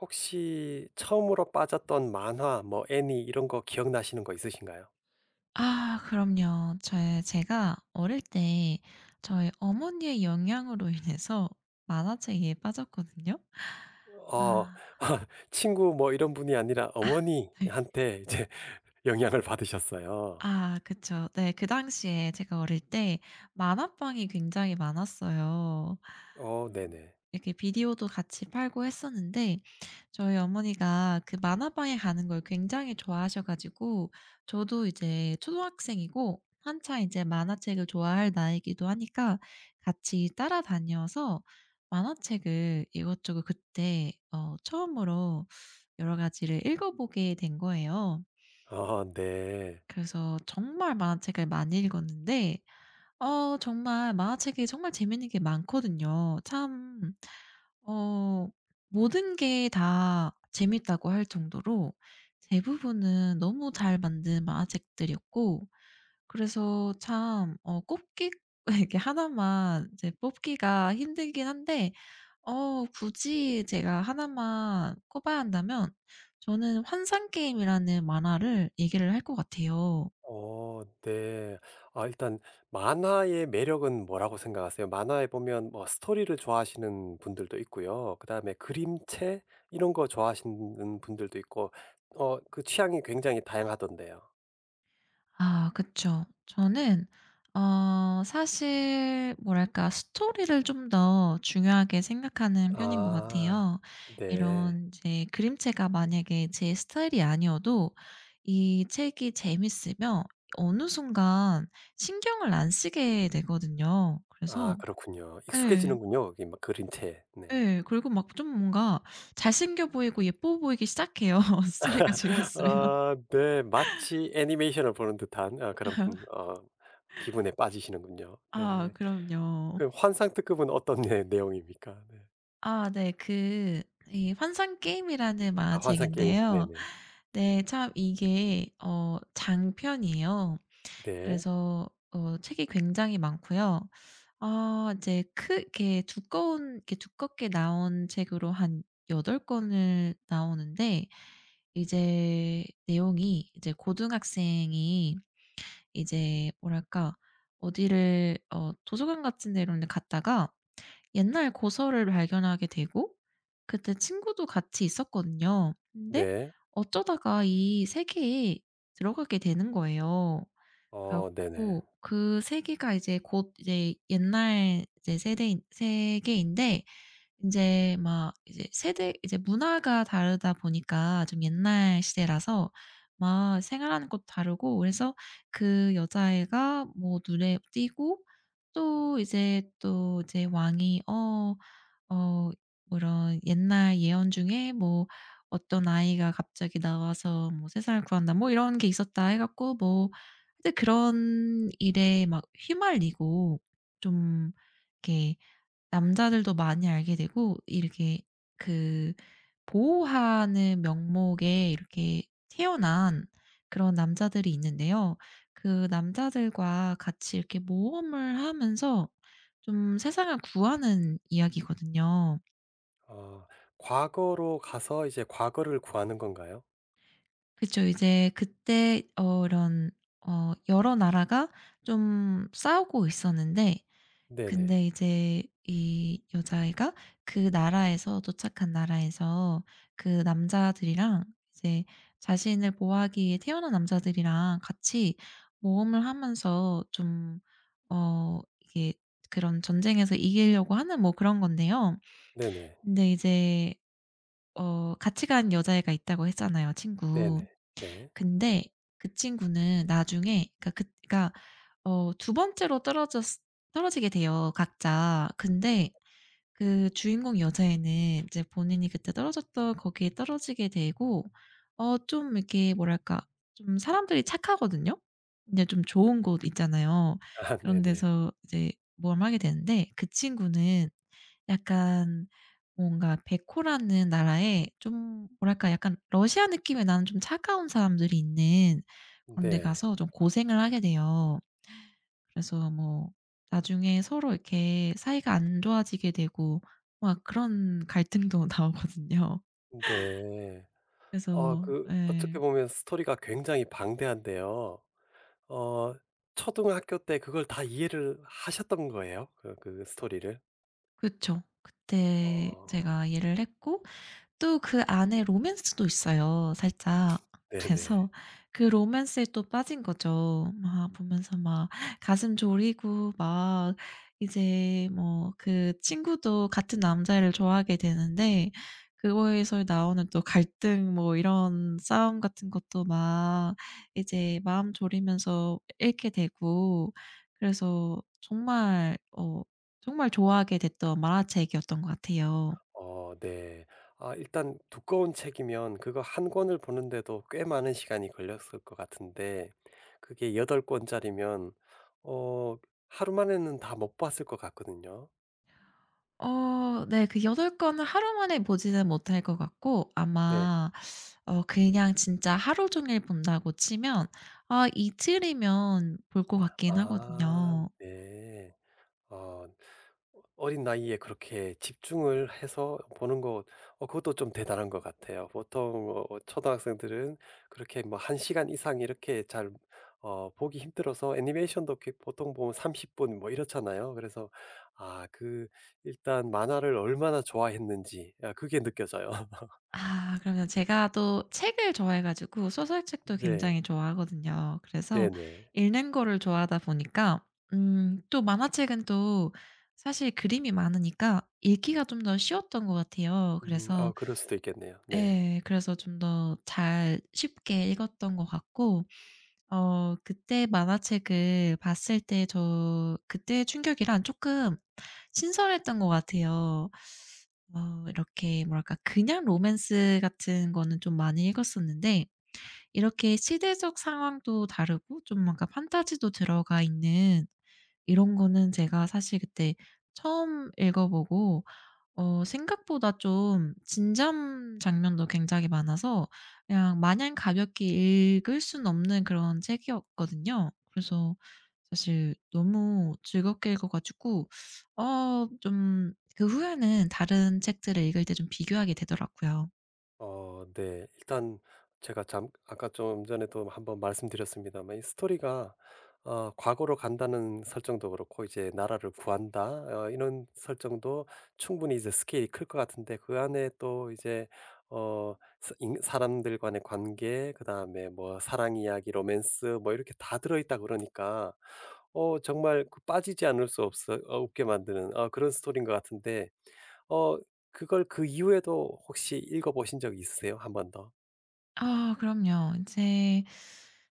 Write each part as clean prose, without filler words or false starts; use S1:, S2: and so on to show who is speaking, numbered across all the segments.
S1: 혹시 처음으로 빠졌던 만화 뭐 애니 이런 거 기억나시는 거 있으신가요?
S2: 아 그럼요. 제 제가 어릴 때 저희 어머니의 영향으로 인해서 만화책에 빠졌거든요.
S1: 어
S2: 아.
S1: 친구 뭐 이런 분이 아니라
S2: 아 네.
S1: 어머니한테 이제 영향을 받으셨어요.
S2: 아 그쵸. 네. 그 당시에 제가 어릴 때 만화방이 굉장히 많았어요. 아.
S1: 네네.
S2: 이렇게 비디오도 같이 팔고 했었는데, 저희 어머니가 그 만화방에 가는 걸 굉장히 좋아하셔 가지고, 저도 이제 초등학생이고 한창 이제 만화책을 좋아할 나이기도 하니까, 같이 따라다녀서 만화책을 이것저것 그때 처음으로 여러 가지를 읽어보게 된 거예요.
S1: 아 네.
S2: 그래서 정말 만화책을 많이 읽었는데, 정말 만화책이 정말 재밌는 게 많거든요. 참, 어 모든 게 다 재밌다고 할 정도로 대부분은 너무 잘 만든 만화책들이었고, 그래서 참 어 꼽기 이렇게 하나만 이제 뽑기가 힘들긴 한데, 굳이 제가 하나만 꼽아야 한다면 저는 환상게임이라는 만화를 얘기를 할 것 같아요.
S1: 네. 아 일단 만화의 매력은 뭐라고 생각하세요? 만화에 보면 뭐 스토리를 좋아하시는 분들도 있고요. 그다음에 그림체 이런 거 좋아하시는 분들도 있고 그 취향이 굉장히 다양하던데요.
S2: 아 그쵸. 저는 사실 뭐랄까 스토리를 좀 더 중요하게 생각하는 편인 것
S1: 아
S2: 같아요.
S1: 네.
S2: 이런 이제 그림체가 만약에 제 스타일이 아니어도, 이 책이 재밌으면 어느 순간 신경을 안 쓰게 되거든요.
S1: 아
S2: 그래서
S1: 그렇군요.
S2: 예.
S1: 익숙해지는군요. 이막그림체 네.
S2: 예. 그리고 막 좀 뭔가 잘생겨 보이고 예뻐 보이기 시작해요, 스토리가 재밌으면.
S1: 아 네. 마치 애니메이션을 보는 듯한 아 그런 기분에 빠지시는군요.
S2: 아
S1: 네.
S2: 그럼요.
S1: 그럼 환상 특급은 어떤 내용입니까? 네.
S2: 아 네. 그 이 환상 게임이라는
S1: 아 환상 게임.
S2: 만화책인데요.
S1: 네네.
S2: 네, 참 이게 장편이에요.
S1: 네.
S2: 그래서 책이 굉장히 많고요. 아 이제 크게 두꺼운 이렇게 두껍게 나온 책으로 한 여덟 권을 나오는데, 이제 내용이 이제 고등학생이 이제 뭐랄까 어디를 도서관 같은 데로 갔다가 옛날 고서를 발견하게 되고, 그때 친구도 같이 있었거든요. 근데
S1: 네.
S2: 어쩌다가 이 세계에 들어가게 되는 거예요. 그래
S1: 네네.
S2: 갖고 그 세계가 이제 곧 이제 옛날 이제 세대 세계인데, 이제 막 이제 세대 이제 문화가 다르다 보니까 좀 옛날 시대라서 막 생활하는 것도 다르고, 그래서 그 여자애가 뭐 눈에 띄고, 또 이제 또 이제 왕이 어 뭐 이런 옛날 예언 중에 뭐 어떤 아이가 갑자기 나와서 뭐 '세상을 구한다.' 뭐 이런 게 있었다" 해 갖고, 뭐 하여 그런 일에 막 휘말리고, 좀 이렇게 남자들도 많이 알게 되고, 이렇게 그 보호하는 명목에 이렇게 태어난 그런 남자들이 있는데요. 그 남자들과 같이 이렇게 모험을 하면서 좀 세상을 구하는 이야기거든요.
S1: 어 과거로 가서 이제 과거를 구하는 건가요?
S2: 그쵸. 이제 그때 이런 여러 나라가 좀 싸우고 있었는데,
S1: 네네.
S2: 근데 이제 이 여자애가 그 나라에서, 도착한 나라에서 그 남자들이랑, 이제 자신을 보호하기 위해 태어난 남자들이랑 같이 모험을 하면서 좀 이게 그런 전쟁에서 이기려고 하는 뭐 그런 건데요.
S1: 네네.
S2: 근데 이제 같이 간 여자애가 있다고 했잖아요, 친구.
S1: 네네. 네.
S2: 근데 그 친구는 나중에 그러니까 그러니까 두 번째로 떨어졌 떨어지게 돼요, 각자. 근데 그 주인공 여자애는 이제 본인이 그때 떨어졌던 거기에 떨어지게 되고, 좀 이렇게 뭐랄까 좀 사람들이 착하거든요. 근데 좀 좋은 곳 있잖아요.
S1: 아
S2: 그런
S1: 네네.
S2: 데서 이제 모험하게 되는데, 그 친구는 약간 뭔가 베코라는 나라에, 좀 뭐랄까 약간 러시아 느낌의 나는 좀 차가운 사람들이 있는 그런 데
S1: 네.
S2: 가서 좀 고생을 하게 돼요. 그래서 뭐 나중에 서로 이렇게 사이가 안 좋아지게 되고 막 그런 갈등도 나오거든요.
S1: 네.
S2: 그래서
S1: 그 어떻게
S2: 예.
S1: 보면 스토리가 굉장히 방대한데요. 어 초등학교 때 그걸 다 이해를 하셨던 거예요? 그 스토리를?
S2: 그쵸.
S1: 어
S2: 그때 제가 이해를 했고, 또 그 안에 로맨스도 있어요, 살짝.
S1: 네네.
S2: 그래서 그 로맨스에 또 빠진 거죠. 막 보면서 막 가슴 졸이고 막 이제 뭐 그 친구도 같은 남자애를 좋아하게 되는데, 그거에서 나오는 또 갈등, 뭐 이런 싸움 같은 것도 막 이제 마음 졸이면서 읽게 되고, 그래서 정말 정말 좋아하게 됐던 만화책이었던 것 같아요.
S1: 네. 아 일단 두꺼운 책이면 그거 한 권을 보는데도 꽤 많은 시간이 걸렸을 것 같은데 그게 8 권짜리면 어 하루 만에는 다 못 봤을 것 같거든요.
S2: 어 네. 그 여덟 권을 하루 만에 보지는 못할 것 같고,
S1: 네.
S2: 아마 그냥 진짜 하루 종일 본다고 치면 아 이틀이면 볼 것 같긴
S1: 아
S2: 하거든요.
S1: 네. 어 어린 나이에 그렇게 집중을 해서 보는 것 그것도 좀 대단한 것 같아요. 보통 초등학생들은 그렇게 뭐 1 시간 이상 이렇게 잘 보기 힘들어서 애니메이션도 이렇게 보통 보면 30분 뭐 이렇잖아요. 그래서 아 그 일단 만화를 얼마나 좋아했는지 아 그게 느껴져요.
S2: 아 그러면, 제가 또 책을 좋아해 가지고 소설책도
S1: 네.
S2: 굉장히 좋아하거든요. 그래서
S1: 네네.
S2: 읽는 거를 좋아하다 보니까, 또 만화책은 또 사실 그림이 많으니까 읽기가 좀 더 쉬웠던 것 같아요. 그래서
S1: 아 그럴 수도 있겠네요. 네.
S2: 예. 그래서 좀 더 잘 쉽게 읽었던 것 같고, 그때 만화책을 봤을 때 저 그때의 충격이랑 조금 신선했던 것 같아요. 이렇게 뭐랄까 그냥 로맨스 같은 거는 좀 많이 읽었었는데, 이렇게 시대적 상황도 다르고 좀 뭔가 판타지도 들어가 있는 이런 거는 제가 사실 그때 처음 읽어 보고, 생각보다 좀진점 장면도 굉장히 많아서 그냥 마냥 가볍게 읽을 수는 없는 그런 책이었거든요. 그래서 사실 너무 즐겁게 읽어 가지고, 좀 그 후에는 다른 책들을 읽을 때 좀 비교하게 되더라고요.
S1: 네. 일단 제가 잠 아까 좀 전에도 한번 말씀드렸습니다만 이 스토리가 과거로 간다는 설정도 그렇고 이제 '나라를 구한다.' 이런 설정도 충분히 이제 스케일이 클 것 같은데 그 안에 또 이제 어 인 사람들 간의 관계 그다음에 뭐 사랑 이야기, 로맨스 뭐 이렇게 다 들어 있다 그러니까 정말 그 빠지지 않을 수 없어 어 없게 만드는 그런 스토리인 것 같은데 어 그걸 그 이후에도 혹시 읽어 보신 적 있으세요? 한 번 더?
S2: 아 그럼요. 이제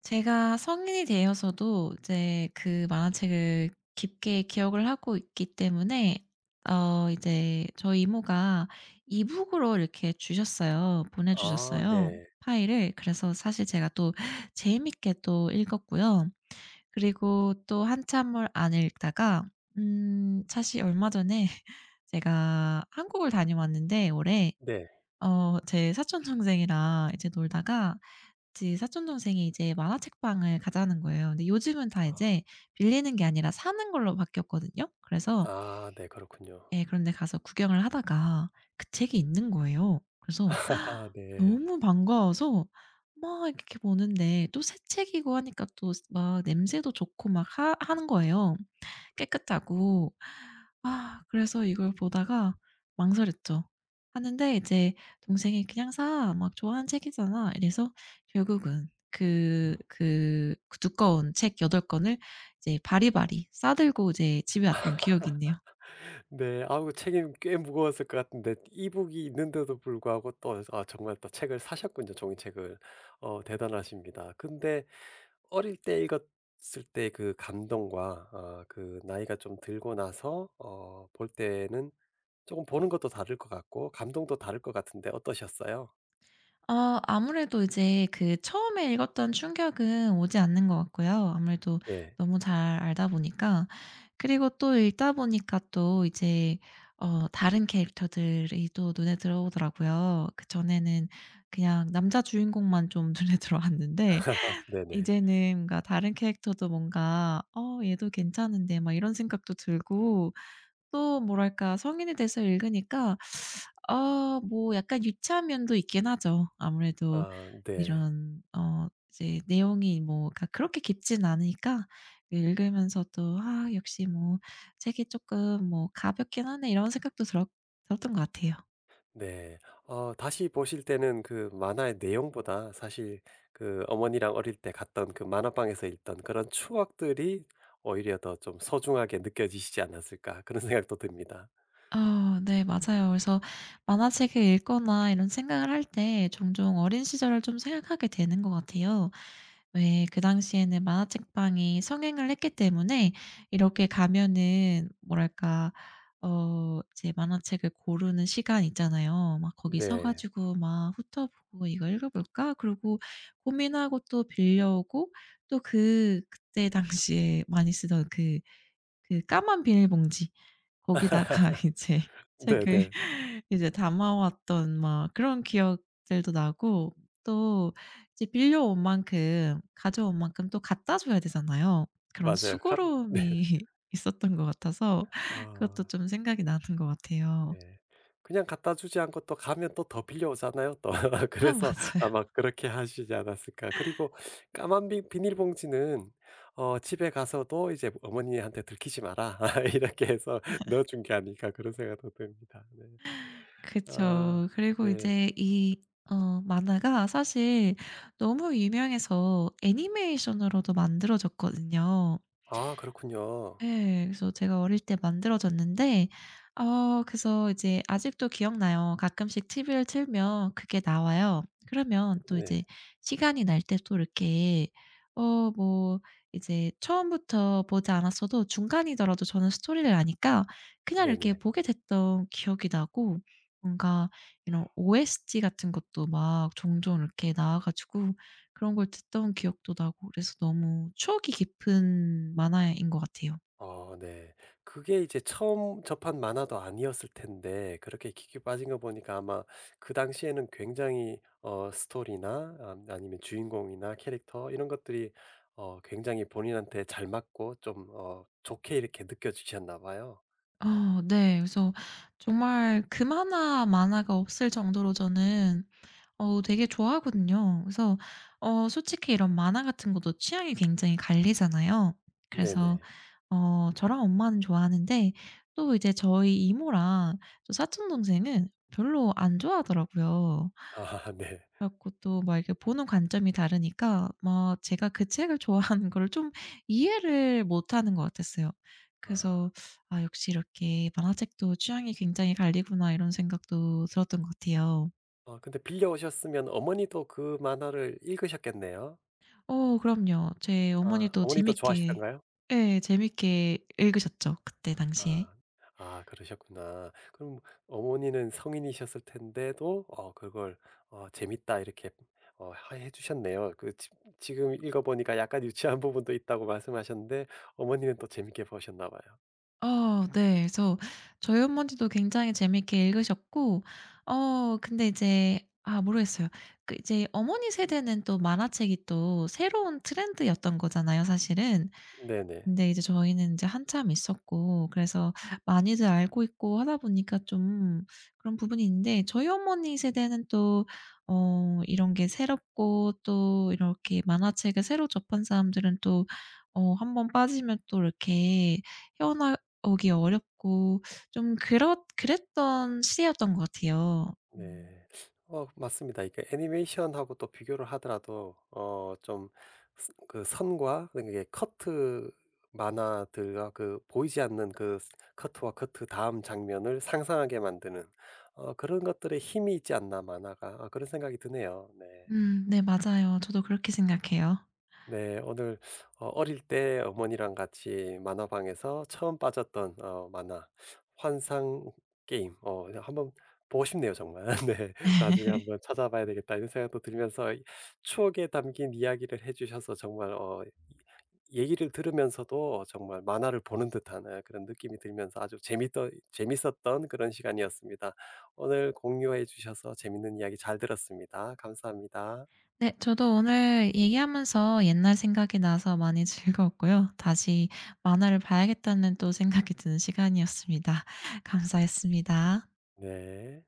S2: 제가 성인이 되어서도 이제 그 만화책을 깊게 기억을 하고 있기 때문에, 이제 저희 이모가 이북으로 이렇게 주셨어요. 보내
S1: 아
S2: 주셨어요,
S1: 네.
S2: 파일을. 그래서 사실 제가 또 재미있게 또 읽었고요. 그리고 또 한참을 안 읽다가 사실 얼마 전에 제가 한국을 다녀왔는데 올해,
S1: 네.
S2: 제 사촌 동생이랑 이제 놀다가 제 사촌 동생이 이제 만화책방을 가자는 거예요. 근데 요즘은 다
S1: 아.
S2: 이제 빌리는 게 아니라 사는 걸로 바뀌었거든요. 그래서
S1: 아 네 그렇군요.
S2: 예, 그런 데 가서 구경을 하다가 그 책이 있는 거예요. 그래서
S1: 네.
S2: 너무 반가워서 막 이렇게 보는데, 또 새 책이고 하니까 또 막 냄새도 좋고 막 하 하는 거예요. 깨끗하고. 아 그래서 이걸 보다가 망설였죠. 하는데 이제 동생이 "그냥 사. 막 좋아하는 책이잖아." 이래서 결국은 그 두꺼운 책 여덟 권을 이제 바리바리 싸 들고 이제 집에 왔던 기억이 있네요.
S1: 네. 아우 책이 꽤 무거웠을 것 같은데 이북이 있는데도 불구하고 또 아 정말 또 책을 사셨군요, 종이책을. 대단하십니다. 근데 어릴 때 읽었을 때 그 감동과 아 그 나이가 좀 들고 나서 볼 때는 조금 보는 것도 다를 것 같고 감동도 다를 것 같은데 어떠셨어요?
S2: 아무래도 이제 그 처음에 읽었던 충격은 오지 않는 것 같고요. 아무래도
S1: 네.
S2: 너무 잘 알다 보니까. 그리고 또 읽다 보니까 또 이제 다른 캐릭터들이 또 눈에 들어오더라고요. 그전에는 그냥 남자 주인공만 좀 눈에 들어왔는데,
S1: 네네.
S2: 이제는 뭔가 다른 캐릭터도 뭔가 '어 얘도 괜찮은데.' 막 이런 생각도 들고, 또 뭐랄까 성인이 돼서 읽으니까 뭐 약간 유치한 면도 있긴 하죠. 아무래도
S1: 아 네.
S2: 이런 이제 내용이 뭐 그러니까 그렇게 깊진 않으니까 읽으면서도 '아 역시 뭐 책이 쪼끔 뭐 가볍긴 하네.' 이런 생각도 들었던 것 같아요.
S1: 네. 다시 보실 때는 그 만화의 내용보다 사실 그 어머니랑 어릴 때 갔던 그 만화방에서 읽던 그런 추억들이 오히려 더 좀 소중하게 느껴지시지 않았을까 그런 생각도 듭니다.
S2: 아 네, 맞아요. 그래서 만화책을 읽거나 이런 생각을 할 때 종종 어린 시절을 좀 생각하게 되는 것 같아요. 왜 그 당시에는 만화책방이 성행을 했기 때문에, 이렇게 가면은 뭐랄까 이제 만화책을 고르는 시간 있잖아요. 막 거기 서
S1: 네.
S2: 가지고 막 훑어보고 '이거 읽어볼까?' 그리고 고민하고 또 빌려오고, 또 그 그때 당시에 많이 쓰던 그 까만 비닐봉지 거기다가 이제 책을
S1: 네네.
S2: 이제 담아왔던 막 그런 기억들도 나고, 또 이제 빌려온 만큼 가져온 만큼 또 갖다 줘야 되잖아요. 그런
S1: 맞아요. 네.
S2: 수고로움이 있었던 것 같아서 그것도
S1: 아.
S2: 좀 생각이 나는 것 같아요.
S1: 네. 그냥 갖다 주지 않고 또 가면 또 더 빌려오잖아요 또.
S2: 아
S1: 그래서
S2: 맞아요.
S1: 아마 그렇게 하시지 않았을까. 그리고 까만 비 비닐봉지는 집에 가서도 이제 어머니한테 "들키지 마라." 이렇게 해서 넣어 준 게 아닐까 그런 생각도 듭니다. 네. 아
S2: 그쵸. 그리고
S1: 네.
S2: 이제 이 만화가 사실 너무 유명해서 애니메이션으로도 만들어졌거든요.
S1: 아 그렇군요.
S2: 예. 그래서 제가 어릴 때 만들어졌는데, 그래서 이제 아직도 기억나요. 가끔씩 TV를 틀면 그게 나와요. 그러면 또
S1: 네.
S2: 이제 시간이 날 때 또 이렇게 뭐 이제 처음부터 보지 않았어도 중간이더라도 저는 스토리를 아니까 그냥 이렇게
S1: 네네.
S2: 보게 됐던 기억이 나고, 뭔가 이런 OST 같은 것도 막 종종 이렇게 나와 가지고 그런 걸 듣던 기억도 나고, 그래서 너무 추억이 깊은 만화인 것 같아요.
S1: 네. 그게 이제 처음 접한 만화도 아니었을 텐데 그렇게 깊게 빠진 거 보니까 아마 그 당시에는 굉장히 스토리나 아 아니면 주인공이나 캐릭터 이런 것들이 굉장히 본인한테 잘 맞고 좀 좋게 이렇게 느껴지셨나 봐요.
S2: 어 네. 그래서 정말 그 만화 만화가 없을 정도로 저는 되게 좋아하거든요. 그래서 솔직히 이런 만화 같은 것도 취향이 굉장히 갈리잖아요. 그래서
S1: 네네.
S2: 저랑 엄마는 좋아하는데, 또 이제 저희 이모랑 저 사촌 동생은 별로 안 좋아하더라고요.
S1: 아 네.
S2: 그래 고또 막 이렇게 보는 관점이 다르니까 뭐 제가 그 책을 좋아하는 거를 좀 이해를 못하는 것 같았어요.
S1: 아.
S2: 그래서 '아 역시 이렇게 만화책도 취향이 굉장히 갈리구나.' 이런 생각도 들었던 것 같아요.
S1: 근데 빌려 오셨으면 어머니도 그 만화를 읽으셨겠네요.
S2: 어 그럼요. 제
S1: 아
S2: 어머니도
S1: 어머니도
S2: 재밌게,
S1: 좋아하시던가요?
S2: 예, 재밌게 읽으셨죠, 그때 당시에.
S1: 아. 아 그러셨구나. 그럼 어머니는 성인이셨을 텐데도 그걸 "재밌다." 이렇게 하 해 주셨네요. 그 지 지금 읽어 보니까 약간 유치한 부분도 있다고 말씀하셨는데 어머니는 또 재밌게 보셨나 봐요.
S2: 어 네. 그래서 저희 어머니도 굉장히 재미있게 읽으셨고, 근데 이제 아 모르겠어요. 그 이제 어머니 세대는 또 만화책이 또 새로운 트렌드였던 거잖아요, 사실은.
S1: 네네.
S2: 근데 이제 저희는 이제 한참 있었고 그래서 많이들 알고 있고 하다 보니까 좀 그런 부분이 있는데, 저희 어머니 세대는 또 이런 게 새롭고, 또 이렇게 만화책을 새로 접한 사람들은 또 한 번 빠지면 또 이렇게 헤어나오기 어렵고 좀 그렇 그랬던 시대였던 것 같아요. 음.
S1: 네. 맞습니다. 이게 애니메이션하고 또 비교를 하더라도 좀 스 그 선과 그게 커트 만화들과 그 보이지 않는 그 스 커트와 커트 다음 장면을 상상하게 만드는 그런 것들에 힘이 있지 않나 만화가. 아 그런 생각이 드네요. 네.
S2: 네 맞아요. 저도 그렇게 생각해요.
S1: 네, 오늘 어릴 때 어머니랑 같이 만화방에서 처음 빠졌던 만화 환상 게임 그냥 한번 보고 싶네요, 정말. 네, 나중에 한번 찾아봐야 되겠다 이런 생각도 들면서 추억에 담긴 이야기를 해주셔서 정말 얘기를 들으면서도 정말 만화를 보는 듯한 예, 그런 느낌이 들면서 아주 재밌던 재밌었던 그런 시간이었습니다. 오늘 공유해 주셔서 재밌는 이야기 잘 들었습니다. 감사합니다.
S2: 네. 저도 오늘 얘기하면서 옛날 생각이 나서 많이 즐거웠고요. 다시 만화를 봐야겠다는 또 생각이 드는 시간이었습니다. 감사했습니다.
S1: 네.